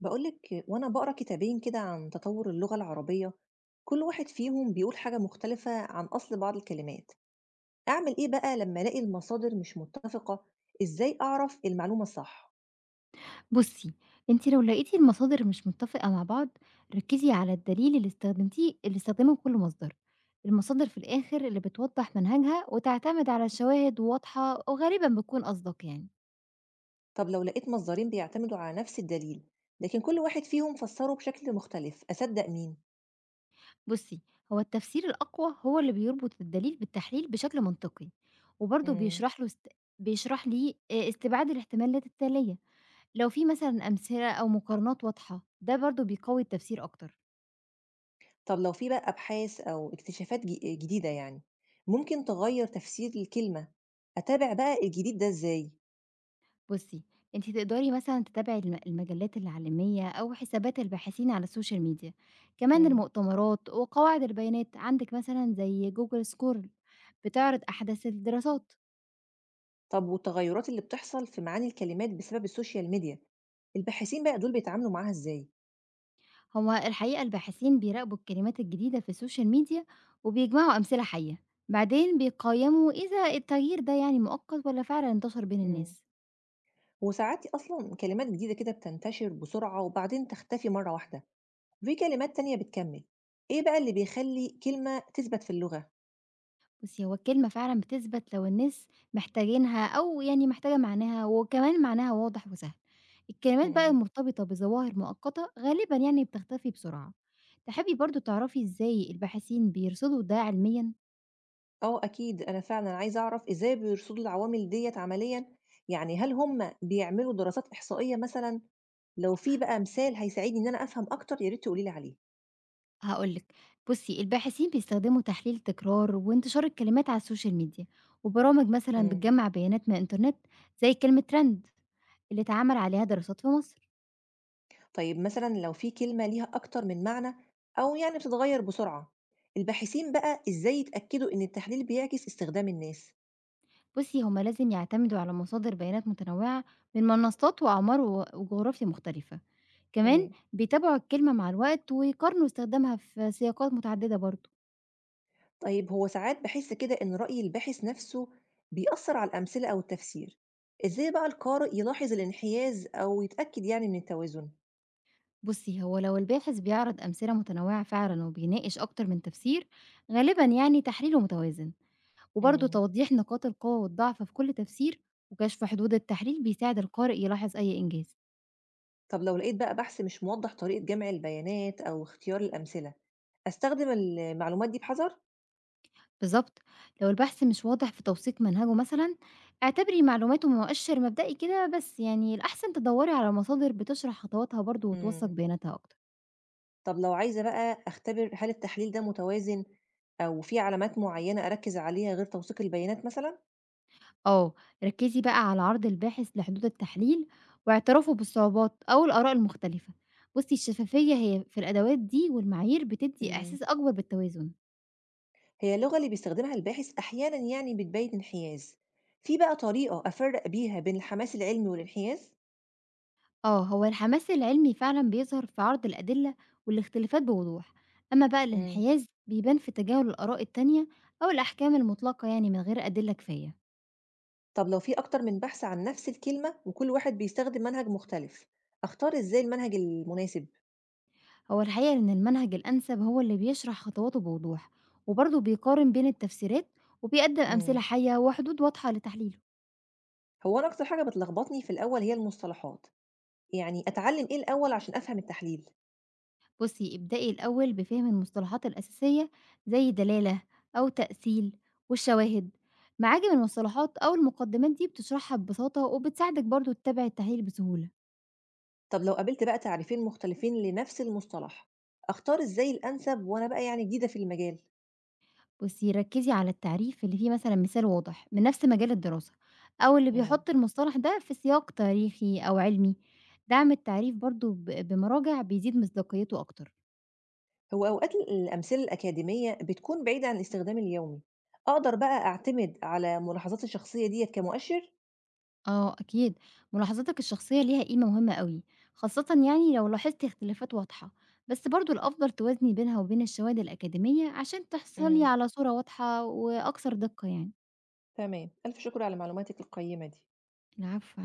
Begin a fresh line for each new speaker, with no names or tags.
بقولك وأنا بقرأ كتابين كده عن تطور اللغة العربية. كل واحد فيهم بيقول حاجة مختلفة عن أصل بعض الكلمات. أعمل إيه بقى لما ألاقي المصادر مش متفقة؟ إزاي أعرف المعلومة الصح؟
بُصّي، أنتِ لو لقيتِ المصادر مش متّفقة مع بعض، ركّزي على الدليل اللي استخدمتيه اللي استخدمه كل مصدر. المصادر في الآخر اللي بتوضّح منهجها وتعتمد على شواهد واضحة وغالبًا بتكون أصدق يعني.
طب لو لقيت مصدرين بيعتمدوا على نفس الدليل، لكن كل واحد فيهم فسره بشكل مختلف، أصدق مين؟
بُصّي، هو التفسير الأقوى هو اللي بيربط الدليل بالتحليل بشكل منطقي، وبرضه
مم.
بيشرح ليه استبعاد الاحتمالات التالية. لو في مثلًا أمثلة أو مقارنات واضحة، ده برضه بيقوي التفسير أكتر.
طب لو في بقى أبحاث أو اكتشافات جديدة، يعني ممكن تغير تفسير الكلمة، أتابع بقى الجديد ده إزاي؟
بُصّي، أنتِ تقدري مثلًا تتابعي المجلات العالمية أو حسابات الباحثين على السوشيال ميديا، كمان
مم.
المؤتمرات وقواعد البيانات عندِك مثلًا زي Google scholar بتعرض أحدث الدراسات.
طب والتغيرات اللي بتحصل في معاني الكلمات بسبب السوشيال ميديا، الباحثين بقى دول بيتعاملوا معاها ازاي؟
هو الحقيقة الباحثين بيراقبوا الكلمات الجديدة في السوشيال ميديا وبيجمعوا أمثلة حية، بعدين بيقيّموا إذا التغيير ده يعني مؤقت والّا فعلًا انتشر بين
مم.
الناس.
وساعات اصلا كلمات جديده كده بتنتشر بسرعه وبعدين تختفي مره واحده، وفي كلمات تانية بتكمل. ايه بقى اللي بيخلي كلمه تثبت في اللغه؟
بُصّي، هو الكلمة فعلًا بتثبت لو الناس محتاجينها أو يعني محتاجة معناها، وكمان معناها واضح وسهل. الكلمات بقى
مم.
المرتبطة بظواهر مؤقتة غالبًا يعني بتختفي بسرعة. تحبي برضه تعرفي إزاي الباحثين بيرصدوا ده علميًا؟
اه اكيد، انا فعلا عايزه اعرف ازاي بيرصدوا العوامل ديت عمليا. يعني هل هم بيعملوا دراسات احصائيه مثلا؟ لو في بقى مثال هيساعدني ان انا افهم اكتر، يا ريت تقولي لي عليه.
هاقول لِك. بُصّي، الباحثين بيستخدموا تحليل تكرار وانتشار الكلمات على السوشيال ميديا، وبرامج مثلًا
مم.
بتجمّع بيانات من الإنترنت، زي كلمة trend اللي اتعمل عليها دراسات في مصر.
طيب مثلًا لو في كلمة ليها أكتر من معنى، أو يعني بتتغيّر بسرعة، الباحثين بقى إزاي يتأكدوا إن التحليل بيعكس استخدام الناس؟
بُصّي، هم لازم يعتمدوا على مصادر بيانات متنوعة من منصات وأعمار و وجغرافيا مختلفة، كمان
تمام.
بيتابعوا الكلمة مع الوقت ويقارنوا استخدامها في سياقات متعددة برضه.
طيب هو ساعات باحس كده إن رأي الباحث نفسه بيأثر على الأمثلة أو التفسير، إزاي بقى القارئ يلاحظ الانحياز أو يتأكد يعني من التوازن؟
بُصّي، هو لو الباحث بيعرض أمثلة متنوعة فعلًا وبيناقش أكتر من تفسير، غالبًا يعني تحليله متوازن، وبرضه
مم.
توضيح نقاط القوة والضعف في كل تفسير وكشف حدود التحليل بيساعد القارئ يلاحظ أي إنجاز.
طب لو لقيت بقى بحث مش موضح طريقة جمع البيانات أو اختيار الأمثلة، أستخدم المعلومات دي بحذر؟
بالضبط، لو البحث مش واضح في توثيق منهجه مثلًا، اعتبري معلوماته مؤشر مبدئي كده بس، يعني الأحسن تدوّري على مصادر بتشرح خطواتها برضه وتوثّق
مم.
بياناتها أكتر.
طب لو عايزة بقى أختبر هل التحليل ده متوازن، أو في علامات معينة أركز عليها غير توثيق البيانات مثلا؟
آه، ركّزي بقى على عرض الباحث لحدود التحليل واعترافه بالصعوبات أو الآراء المختلفة. بُصّي، الشفافية هي في الأدوات دي، والمعايير بتدّي
مم.
إحساس أكبر بالتوازن.
هي اللغة اللي بيستخدمها الباحث أحيانا يعني بتبين انحياز، في بقى طريقة أفرق بيها بين الحماس العلمي والانحياز؟
آه، هو الحماس العلمي فعلا بيظهر في عرض الأدلة والاختلافات بوضوح، أما بقى
مم.
الانحياز بيبان في تجاهل الآراء التانية أو الأحكام المطلقة يعني من غير أدلة كفاية.
طب لو في أكتر من بحث عن نفس الكلمة وكل واحد بيستخدم منهج مختلف، أختار إزاي المنهج المناسب؟
هو الحقيقة إن المنهج الأنسب هو اللي بيشرح خطواته بوضوح، وبرضه بيقارن بين التفسيرات، وبيقدم أمثلة
مم.
حية وحدود واضحة لتحليله.
هو أنا أكتر حاجة بتلخبطني في الأول هي المصطلحات، يعني أتعلم إيه الأول عشان أفهم التحليل؟
بصي، ابدأي الأول بفهم المصطلحات الأساسية زي دلالة أو تأثيل والشواهد. معاجم المصطلحات أو المقدمات دي بتشرحها ببساطة وبتساعدك برضه تتابع التحليل بسهولة.
طب لو قابلت بقى تعريفين مختلفين لنفس المصطلح، أختار إزاي الأنسب وأنا بقى يعني جديدة في المجال؟
بُصّي، ركّزي على التعريف اللي فيه مثلًا مثال واضح من نفس مجال الدراسة، أو اللي
مم.
بيحُط المصطلح ده في سياق تاريخي أو علمي. دعم التعريف برضه ب بمراجع بيزيد مصداقيته أكتر.
هو أوقات الأمثلة الأكاديمية بتكون بعيدة عن الاستخدام اليومي، أقدر بقى أعتمد على ملاحظاتي الشخصية ديت كمؤشر؟
آه أكيد، ملاحظاتك الشخصية ليها قيمة مهمة أوي، خاصةً يعني لو لاحظتِ اختلافات واضحة، بس برضه الأفضل توازني بينها وبين الشواهد الأكاديمية عشان تحصلي
مم.
على صورة واضحة وأكثر دقة يعني.
تمام، ألف شكر على معلوماتك القيمة دي.
العفو.